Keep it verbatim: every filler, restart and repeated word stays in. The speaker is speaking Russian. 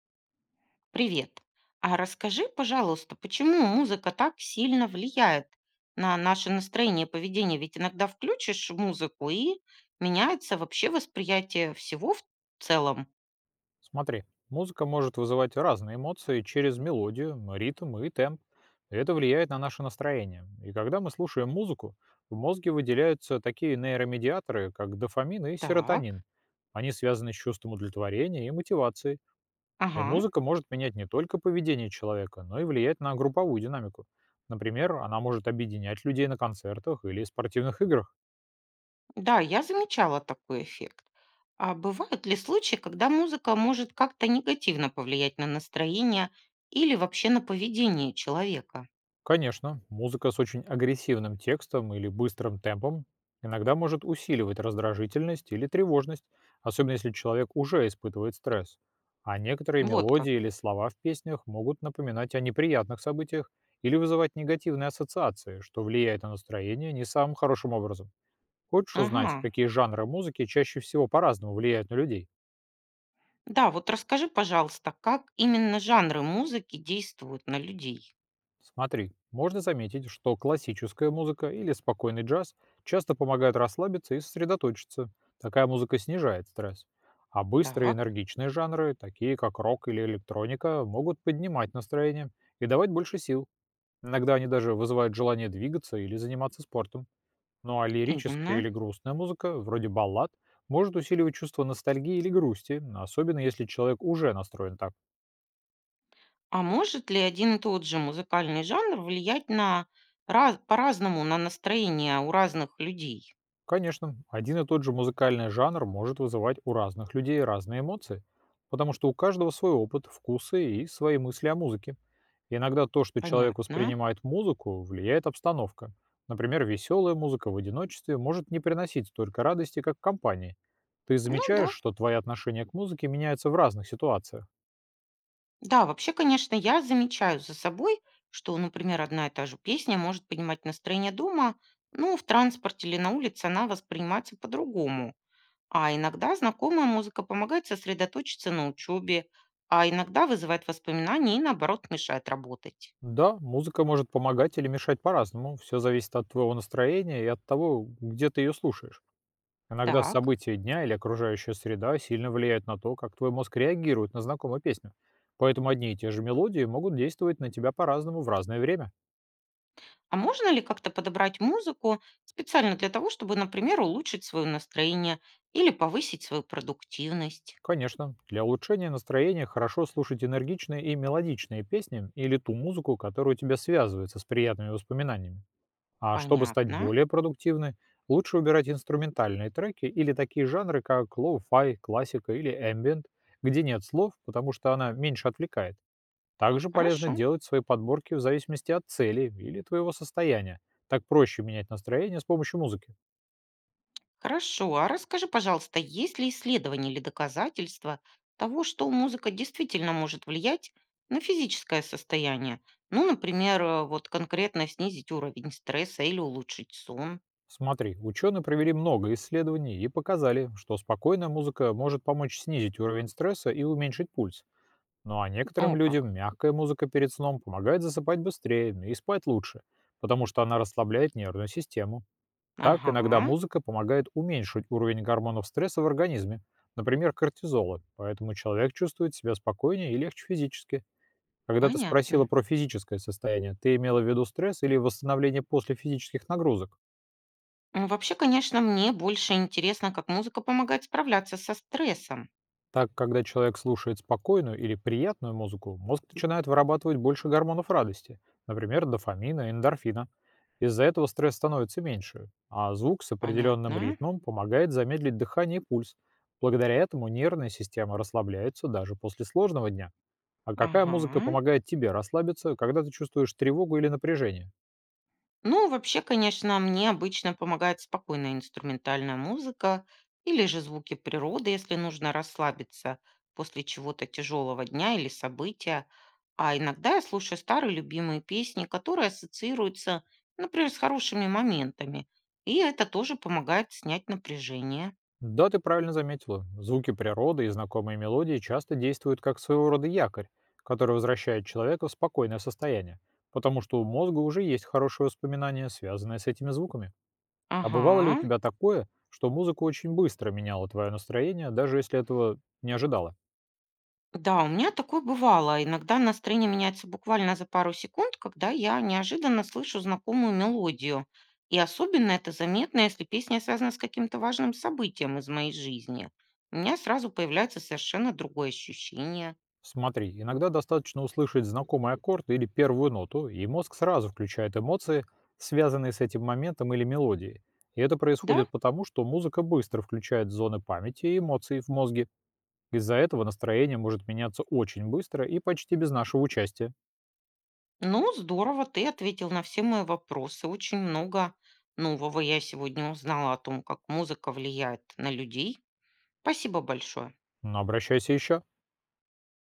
Привет. А расскажи, пожалуйста, почему музыка так сильно влияет на наше настроение и поведение? Ведь иногда включишь музыку и меняется вообще восприятие всего в целом. Смотри, музыка может вызывать разные эмоции через мелодию, ритм и темп. И это влияет на наше настроение. И когда мы слушаем музыку, в мозге выделяются такие нейромедиаторы, как дофамин и Так, серотонин. Они связаны с чувством удовлетворения и мотивации. И ага, музыка может менять не только поведение человека, но и влиять на групповую динамику. Например, она может объединять людей на концертах или спортивных играх. да, я замечала такой эффект. А бывают ли случаи, когда музыка может как-то негативно повлиять на настроение или вообще на поведение человека? Конечно, музыка с очень агрессивным текстом или быстрым темпом иногда может усиливать раздражительность или тревожность, особенно если человек уже испытывает стресс. А некоторые Вот мелодии как. или слова в песнях могут напоминать о неприятных событиях или вызывать негативные ассоциации, что влияет на настроение не самым хорошим образом. Хочешь Ага. узнать, какие жанры музыки чаще всего по-разному влияют на людей? Да, вот расскажи, пожалуйста, как именно жанры музыки действуют на людей? Смотри, можно заметить, что классическая музыка или спокойный джаз часто помогают расслабиться и сосредоточиться. Такая музыка снижает стресс. А быстрые Так, энергичные жанры, такие как рок или электроника, могут поднимать настроение и давать больше сил. Иногда они даже вызывают желание двигаться или заниматься спортом. Ну а лирическая именно. или грустная музыка, вроде баллад, может усиливать чувство ностальгии или грусти, особенно если человек уже настроен так. А может ли один и тот же музыкальный жанр влиять на раз- по-разному на настроение у разных людей? Конечно, один и тот же музыкальный жанр может вызывать у разных людей разные эмоции, потому что у каждого свой опыт, вкусы и свои мысли о музыке. Иногда то, что человек Понятно. воспринимает музыку, влияет обстановка. Например, веселая музыка в одиночестве может не приносить столько радости, как в компании. Ты Ну да. замечаешь, что твои отношения к музыке меняются в разных ситуациях? Да, вообще, конечно, я замечаю за собой, что, например, одна и та же песня может поднимать настроение дома, но в транспорте или на улице она воспринимается по-другому. А иногда знакомая музыка помогает сосредоточиться на учебе, а иногда вызывает воспоминания и, наоборот, мешает работать. Да, музыка может помогать или мешать по-разному. Все зависит от твоего настроения и от того, где ты ее слушаешь. Иногда Так. события дня или окружающая среда сильно влияют на то, как твой мозг реагирует на знакомую песню. Поэтому одни и те же мелодии могут действовать на тебя по-разному в разное время. А можно ли как-то подобрать музыку специально для того, чтобы, например, улучшить свое настроение или повысить свою продуктивность? Конечно, для улучшения настроения хорошо слушать энергичные и мелодичные песни или ту музыку, которая у тебя связывается с приятными воспоминаниями. А чтобы стать Понятно. более продуктивной, лучше выбирать инструментальные треки или такие жанры, как лоу-фай, классика или ambient, где нет слов, потому что она меньше отвлекает. Также полезно Хорошо. делать свои подборки в зависимости от цели или твоего состояния. Так проще менять настроение с помощью музыки. Хорошо, а расскажи, пожалуйста, есть ли исследования или доказательства того, что музыка действительно может влиять на физическое состояние? Ну, например, э, вот конкретно снизить уровень стресса или улучшить сон. Смотри, ученые провели много исследований и показали, что спокойная музыка может помочь снизить уровень стресса и уменьшить пульс. Ну а некоторым О, как. людям мягкая музыка перед сном помогает засыпать быстрее и спать лучше, потому что она расслабляет нервную систему. Так иногда Ага, музыка помогает уменьшить уровень гормонов стресса в организме, например, кортизола, поэтому человек чувствует себя спокойнее и легче физически. Когда ты спросила понятно. про физическое состояние, ты имела в виду стресс или восстановление после физических нагрузок? Ну, вообще, конечно, мне больше интересно, как музыка помогает справляться со стрессом. Так, когда человек слушает спокойную или приятную музыку, мозг начинает вырабатывать больше гормонов радости, например, дофамина, эндорфина. Из-за этого стресс становится меньше, а звук с определенным Понятно. ритмом помогает замедлить дыхание и пульс. Благодаря этому нервная система расслабляется даже после сложного дня. А какая музыка Ага. помогает тебе расслабиться, когда ты чувствуешь тревогу или напряжение? Ну, вообще, конечно, мне обычно помогает спокойная инструментальная музыка или же звуки природы, если нужно расслабиться после чего-то тяжелого дня или события. А иногда я слушаю старые любимые песни, которые ассоциируются, например, с хорошими моментами. И это тоже помогает снять напряжение. Да, ты правильно заметила. Звуки природы и знакомые мелодии часто действуют как своего рода якорь, который возвращает человека в спокойное состояние, потому что у мозга уже есть хорошее воспоминание, связанное с этими звуками. А бывало ли у Ага. тебя такое, что музыка очень быстро меняла твое настроение, даже если этого не ожидала? Да, у меня такое бывало. Иногда настроение меняется буквально за пару секунд, когда я неожиданно слышу знакомую мелодию. И особенно это заметно, если песня связана с каким-то важным событием из моей жизни. У меня сразу появляется совершенно другое ощущение. Смотри, иногда достаточно услышать знакомый аккорд или первую ноту, и мозг сразу включает эмоции, связанные с этим моментом или мелодией. И это Да? происходит потому, что музыка быстро включает зоны памяти и эмоций в мозге. Из-за этого настроение может меняться очень быстро и почти без нашего участия. Ну, здорово, ты ответил на все мои вопросы. Очень много нового я сегодня узнала о том, как музыка влияет на людей. Спасибо большое. Но обращайся еще.